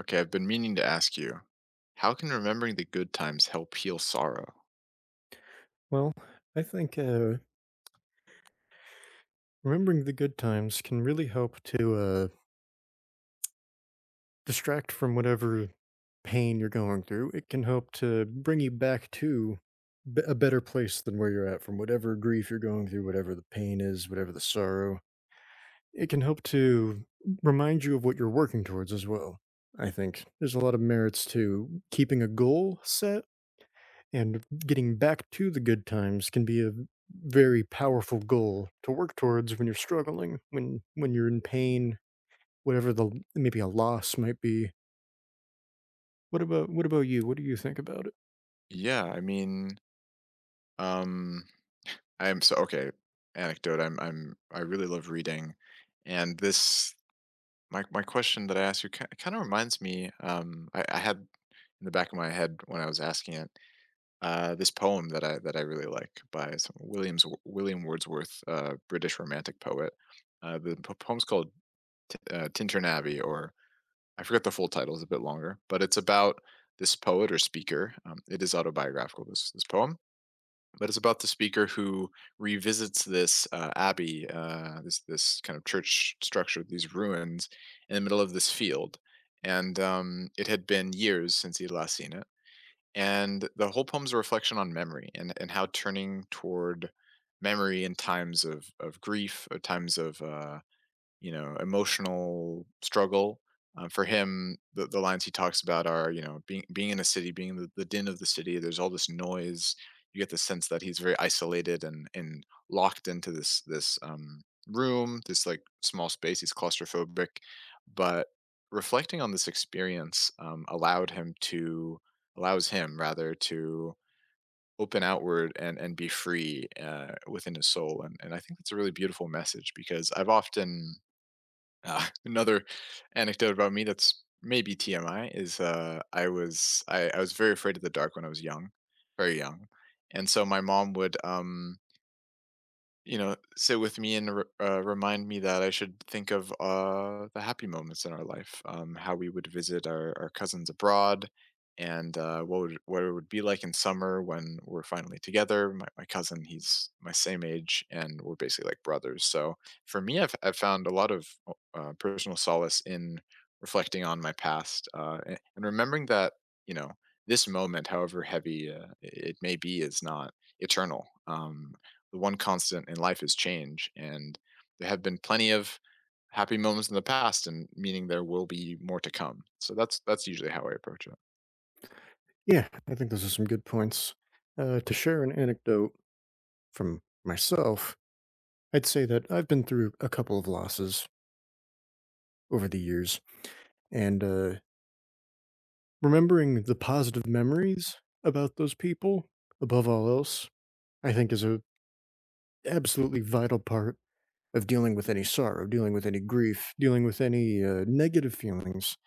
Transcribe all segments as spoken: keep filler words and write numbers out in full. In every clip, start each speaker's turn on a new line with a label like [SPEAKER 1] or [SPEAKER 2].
[SPEAKER 1] Okay, I've been meaning to ask you, how can remembering the good times help heal sorrow?
[SPEAKER 2] Well, I think uh, remembering the good times can really help to uh, distract from whatever pain you're going through. It can help to bring you back to b- a better place than where you're at from whatever grief you're going through, whatever the pain is, whatever the sorrow. It can help to remind you of what you're working towards as well. I think there's a lot of merits to keeping a goal set. And getting back to the good times can be a very powerful goal to work towards when you're struggling, when when you're in pain, whatever the maybe a loss might be. What about what about you? What do you think about it?
[SPEAKER 1] Yeah, I mean, um, I am so okay. Anecdote. I'm I'm I really love reading, and this my my question that I asked you kind of reminds me. Um, I, I had in the back of my head when I was asking it uh, this poem that I that I really like by some Williams William Wordsworth, uh, British Romantic poet. Uh, the po- poem's called T- uh, Tintern Abbey, or I forget the full title; is a bit longer, but it's about this poet or speaker. Um, it is autobiographical. This this poem, but it's about the speaker who revisits this uh, abbey, uh, this this kind of church structure, these ruins, in the middle of this field, and um, it had been years since he had last seen it. And the whole poem's a reflection on memory and and how turning toward memory in times of of grief, or times of uh, you know, emotional struggle. Um, for him, the, the lines he talks about are, you know, being being in a city, being in the, the din of the city. There's all this noise. You get the sense that he's very isolated and and locked into this this um, room, this like small space. He's claustrophobic, but reflecting on this experience um, allowed him to allows him rather to open outward and and be free uh, within his soul. And and I think that's a really beautiful message because I've often uh, another anecdote about me that's maybe T M I is uh, I was I, I was very afraid of the dark when I was young, very young, and so my mom would um you know, sit with me and re- uh, remind me that I should think of uh, the happy moments in our life, um, how we would visit our, our cousins abroad, and uh, what would, what it would be like in summer when we're finally together. My, my cousin, he's my same age, and we're basically like brothers. So for me, I've, I've found a lot of uh, personal solace in reflecting on my past uh, a- and remembering that you know this moment, however heavy uh, it may be, is not eternal. Um, the one constant in life is change. And there have been plenty of happy moments in the past, and meaning there will be more to come. So that's that's usually how I approach it.
[SPEAKER 2] Yeah, I think those are some good points. Uh, to share an anecdote from myself, I'd say that I've been through a couple of losses over the years, and uh, remembering the positive memories about those people above all else, I think is a absolutely vital part of dealing with any sorrow, dealing with any grief, dealing with any uh, negative feelings.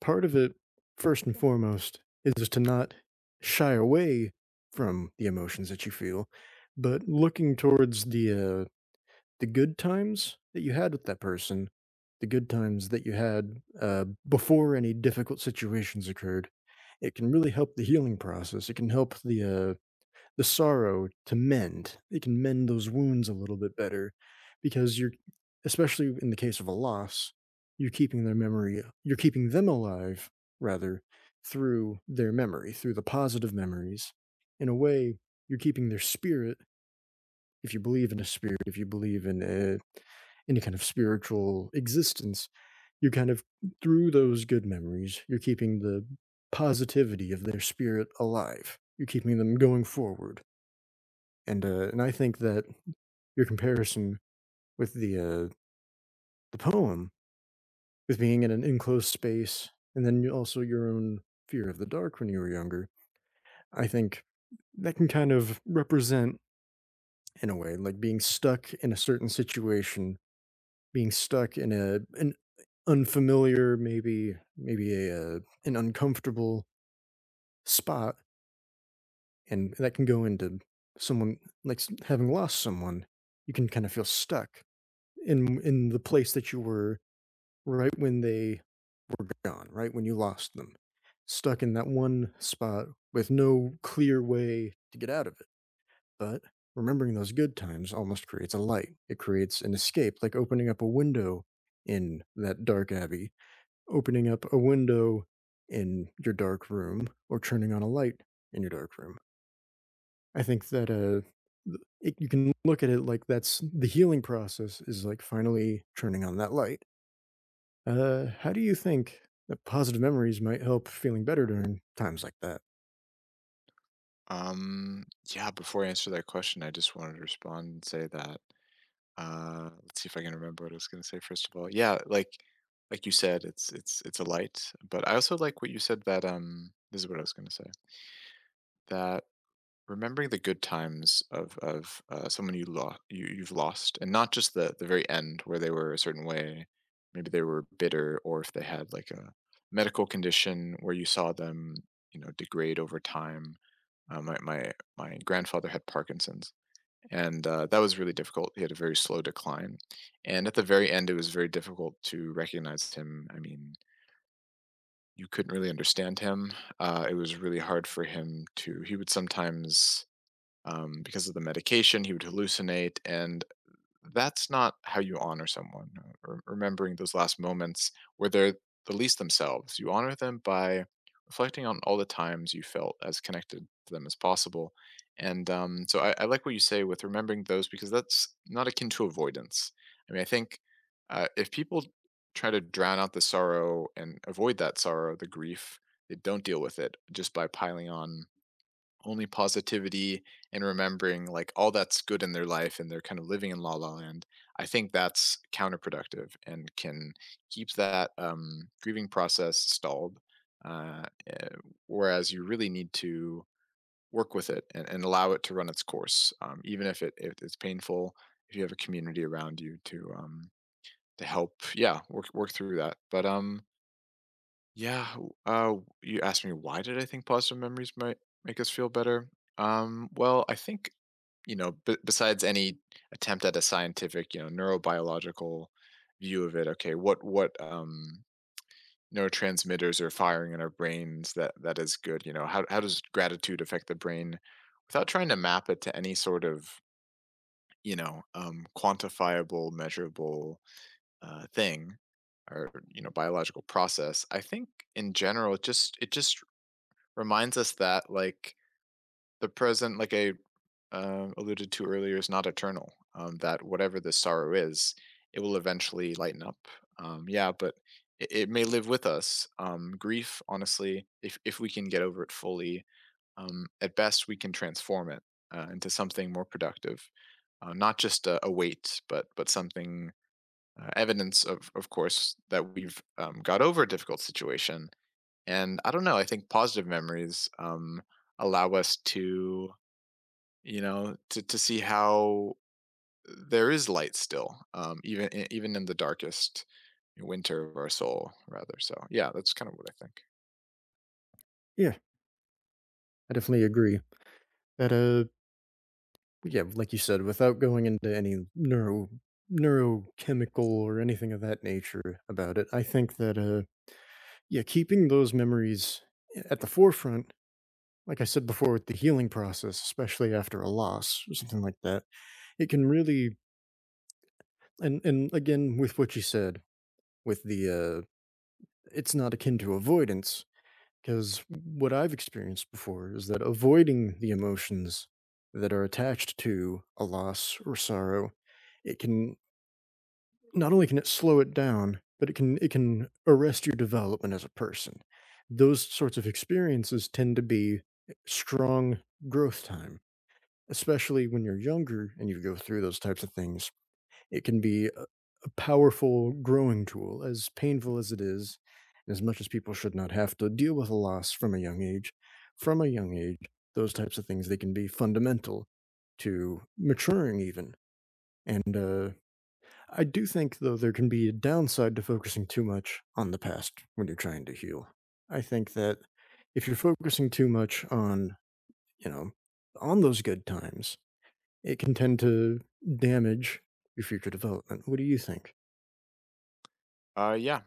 [SPEAKER 2] Part of it, first and foremost, is to not shy away from the emotions that you feel, but looking towards the uh, the good times that you had with that person, the good times that you had uh, before any difficult situations occurred. It can really help the healing process. It can help the uh, the sorrow to mend. It can mend those wounds a little bit better because you're, especially in the case of a loss, you're keeping their memory, you're keeping them alive, rather, through their memory, through the positive memories. In a way, you're keeping their spirit. If you believe in a spirit, if you believe in a, any kind of spiritual existence, you're kind of through those good memories, you're keeping the positivity of their spirit alive. You're keeping them going forward. And uh, and I think that your comparison with the uh, the poem, with being in an enclosed space, and then you- also your own fear of the dark when you were younger, I think that can kind of represent in a way like being stuck in a certain situation, being stuck in a an unfamiliar, maybe maybe a uh, an uncomfortable spot, and that can go into someone like s- having lost someone. You can kind of feel stuck in in the place that you were right when they were gone, right when you lost them, stuck in that one spot with no clear way to get out of it. But remembering those good times almost creates a light. It creates an escape, like opening up a window in that dark abbey, opening up a window in your dark room, or turning on a light in your dark room. I think that uh, th- it, you can look at it like that's the healing process is like finally turning on that light. Uh, how do you think that positive memories might help feeling better during times like that?
[SPEAKER 1] Um, yeah. Before I answer that question, I just wanted to respond and say that. Uh, let's see if I can remember what I was going to say. First of all, yeah, like like you said, it's it's it's a light. But I also like what you said that um, this is what I was going to say that remembering the good times of of uh, someone you lost you, you've lost and not just the the very end where they were a certain way, maybe they were bitter or if they had like a medical condition where you saw them, you know, degrade over time. Uh, my, my my grandfather had Parkinson's, and uh, that was really difficult. He had a very slow decline, and at the very end it was very difficult to recognize him. I mean, you couldn't really understand him. Uh, it was really hard for him to, he would sometimes, um, because of the medication, he would hallucinate. And that's not how you honor someone. uh, re- Remembering those last moments where they're the least themselves, you honor them by reflecting on all the times you felt as connected to them as possible. And um, so I, I like what you say with remembering those because that's not akin to avoidance. I mean, I think uh, if people try to drown out the sorrow and avoid that sorrow, the grief, they don't deal with it just by piling on only positivity and remembering like all that's good in their life and they're kind of living in la la land, I think that's counterproductive and can keep that um, grieving process stalled. Uh, eh, Whereas you really need to work with it and, and allow it to run its course, um, even if it if it's painful. If you have a community around you to um, to help, yeah, work work through that. But um, yeah. W- Uh, you asked me why did I think positive memories might make us feel better? Um, well, I think, you know, b- besides any attempt at a scientific, you know, neurobiological view of it, okay, what what um, neurotransmitters are firing in our brains that that is good? You know, how how does gratitude affect the brain? Without trying to map it to any sort of you know um, quantifiable, measurable uh, thing or, you know, biological process, I think in general it just it just reminds us that like the present, like I um, alluded to earlier, is not eternal. Um, that whatever the sorrow is, it will eventually lighten up. Um, yeah, but it, it may live with us. Um, grief honestly, if, if we can get over it fully, um, at best we can transform it uh, into something more productive, uh, not just a, a weight but but something, uh, evidence of of course that we've um, got over a difficult situation. And I don't know, I think positive memories um, allow us to, you know, to, to see how there is light still, um, even i- even in the darkest winter of our soul rather. So yeah, that's kind of what I think.
[SPEAKER 2] Yeah, I definitely agree that. Uh, yeah, like you said, without going into any neuro neurochemical or anything of that nature about it, I think that uh, yeah, keeping those memories at the forefront, like I said before, with the healing process, especially after a loss or something like that, it can really, and and again with what you said with the uh, it's not akin to avoidance. Because what I've experienced before is that avoiding the emotions that are attached to a loss or sorrow, it can, not only can it slow it down, but it can it can arrest your development as a person. Those sorts of experiences tend to be strong growth time, especially when you're younger and you go through those types of things it can be a a powerful growing tool, as painful as it is, and as much as people should not have to deal with a loss from a young age. From a young age, those types of things, they can be fundamental to maturing even, and, uh, I do think, though, there can be a downside to focusing too much on the past when you're trying to heal. I think that if you're focusing too much on, you know, on those good times, it can tend to damage your future development. What do you think?
[SPEAKER 1] Uh yeah,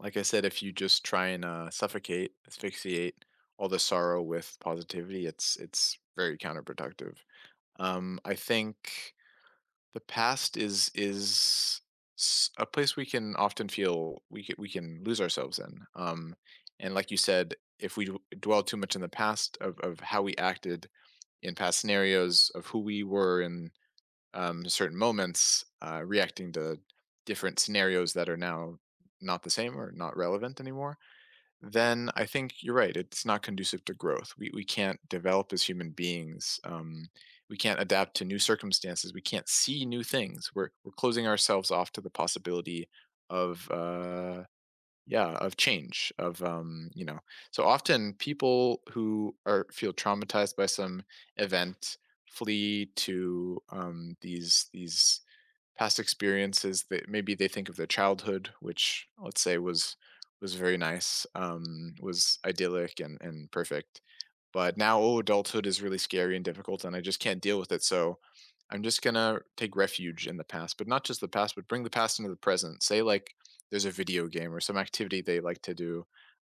[SPEAKER 1] like I said, if you just try and uh, suffocate, asphyxiate all the sorrow with positivity, it's it's very counterproductive. um I think the past is is s a place we can often feel we c we can lose ourselves in, um, and like you said, if we d dwell too much in the past of of how we acted in past scenarios, of who we were in, um, certain moments, uh, reacting to different scenarios that are now not the same or not relevant anymore, then I think you're right. It's not conducive to growth. We we can't develop as human beings. Um, we can't adapt to new circumstances. We can't see new things. We're we're closing ourselves off to the possibility of uh, yeah of change of um, you know. So often people who are feel traumatized by some event flee to um, these these past experiences that maybe they think of their childhood, which let's say was was very nice, um, was idyllic and and perfect. But now, oh, adulthood is really scary and difficult, and I just can't deal with it. So I'm just gonna take refuge in the past, but not just the past, but bring the past into the present. Say like there's a video game or some activity they like to do,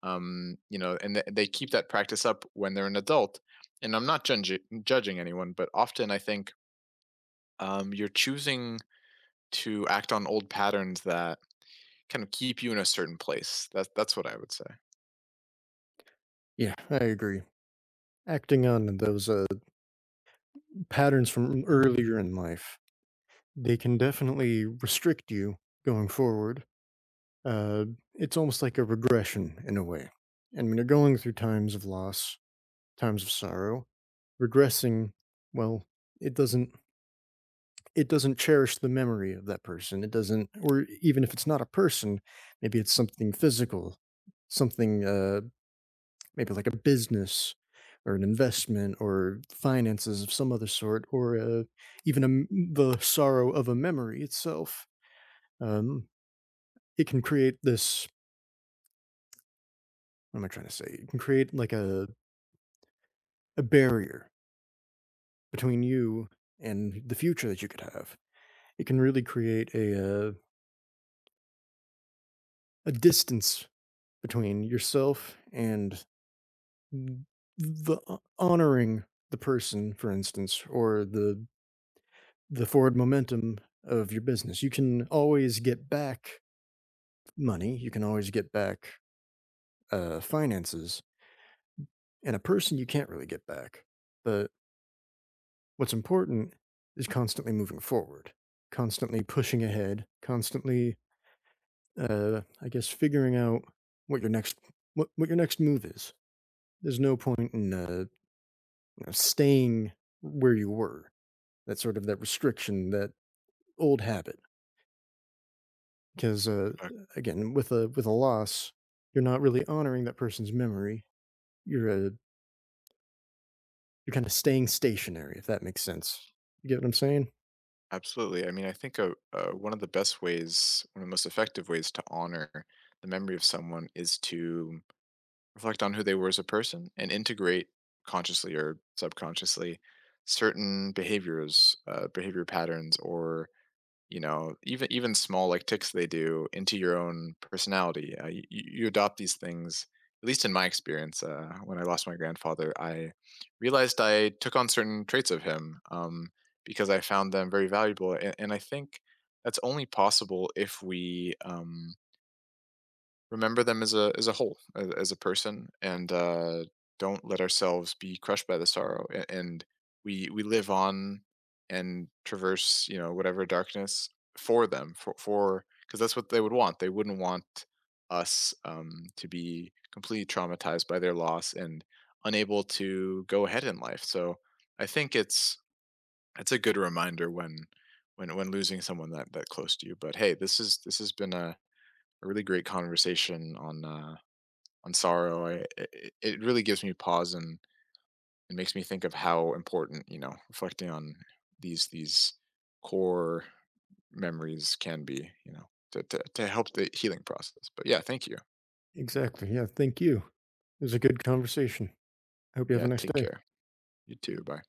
[SPEAKER 1] um, you know, and th- they keep that practice up when they're an adult. And I'm not judging judging anyone, but often I think um, you're choosing to act on old patterns that kind of keep you in a certain place. That that's what I would say.
[SPEAKER 2] Yeah, I agree. Acting on those uh, patterns from earlier in life, they can definitely restrict you going forward. Uh, it's almost like a regression in a way. And when you're going through times of loss, times of sorrow, regressing, well, it doesn't it doesn't cherish the memory of that person. It doesn't, or even if it's not a person, maybe it's something physical, something uh, maybe like a business or an investment or finances of some other sort, or uh, even a m the sorrow of a memory itself. Um, it can create this. What am I trying to say? It can create like a a barrier between you and the future that you could have. It can really create a uh, a distance between yourself and the uh, honoring the person, for instance, or the the forward momentum of your business. You can always get back money, you can always get back uh, finances, and a person you can't really get back. But what's important is constantly moving forward, constantly pushing ahead, constantly, uh, I guess, figuring out what your next what, what your next move is. There's no point in uh, you know, staying where you were. That sort of that restriction, that old habit. Because uh,
[SPEAKER 1] Uh,
[SPEAKER 2] Again with a with a loss you're not really honoring that person's memory you're uh you're kind of staying stationary if that makes sense. You get what I'm saying.
[SPEAKER 1] Absolutely. I mean, I think uh uh one of the best ways, one of the most effective ways to honor the memory of someone is to reflect on who they were as a person and integrate consciously or subconsciously certain behaviors, uh, behavior patterns, or you know even even small like ticks they do into your own personality. Uh, you, you adopt these things, at least in my experience. Uh, when I lost my grandfather, I realized I took on certain traits of him, um, because I found them very valuable, and, and I think that's only possible if we um, remember them as a as a whole, as, as a person, and uh, don't let ourselves be crushed by the sorrow. A- And we we live on and traverse, you know, whatever darkness for them, for for because that's what they would want. They wouldn't want us um, to be completely traumatized by their loss and unable to go ahead in life. So I think it's it's a good reminder when when when losing someone that that close to you. But hey, this is this has been a a really great conversation on uh, on sorrow. I, it, it really gives me pause and it makes me think of how important, you know, reflecting on these these core memories can be. You know, to to, to help the healing process. But yeah, thank you.
[SPEAKER 2] Exactly. Yeah, thank you, it was a good conversation. I hope you have a
[SPEAKER 1] Yeah,
[SPEAKER 2] nice
[SPEAKER 1] take
[SPEAKER 2] day.
[SPEAKER 1] care. You too. Bye.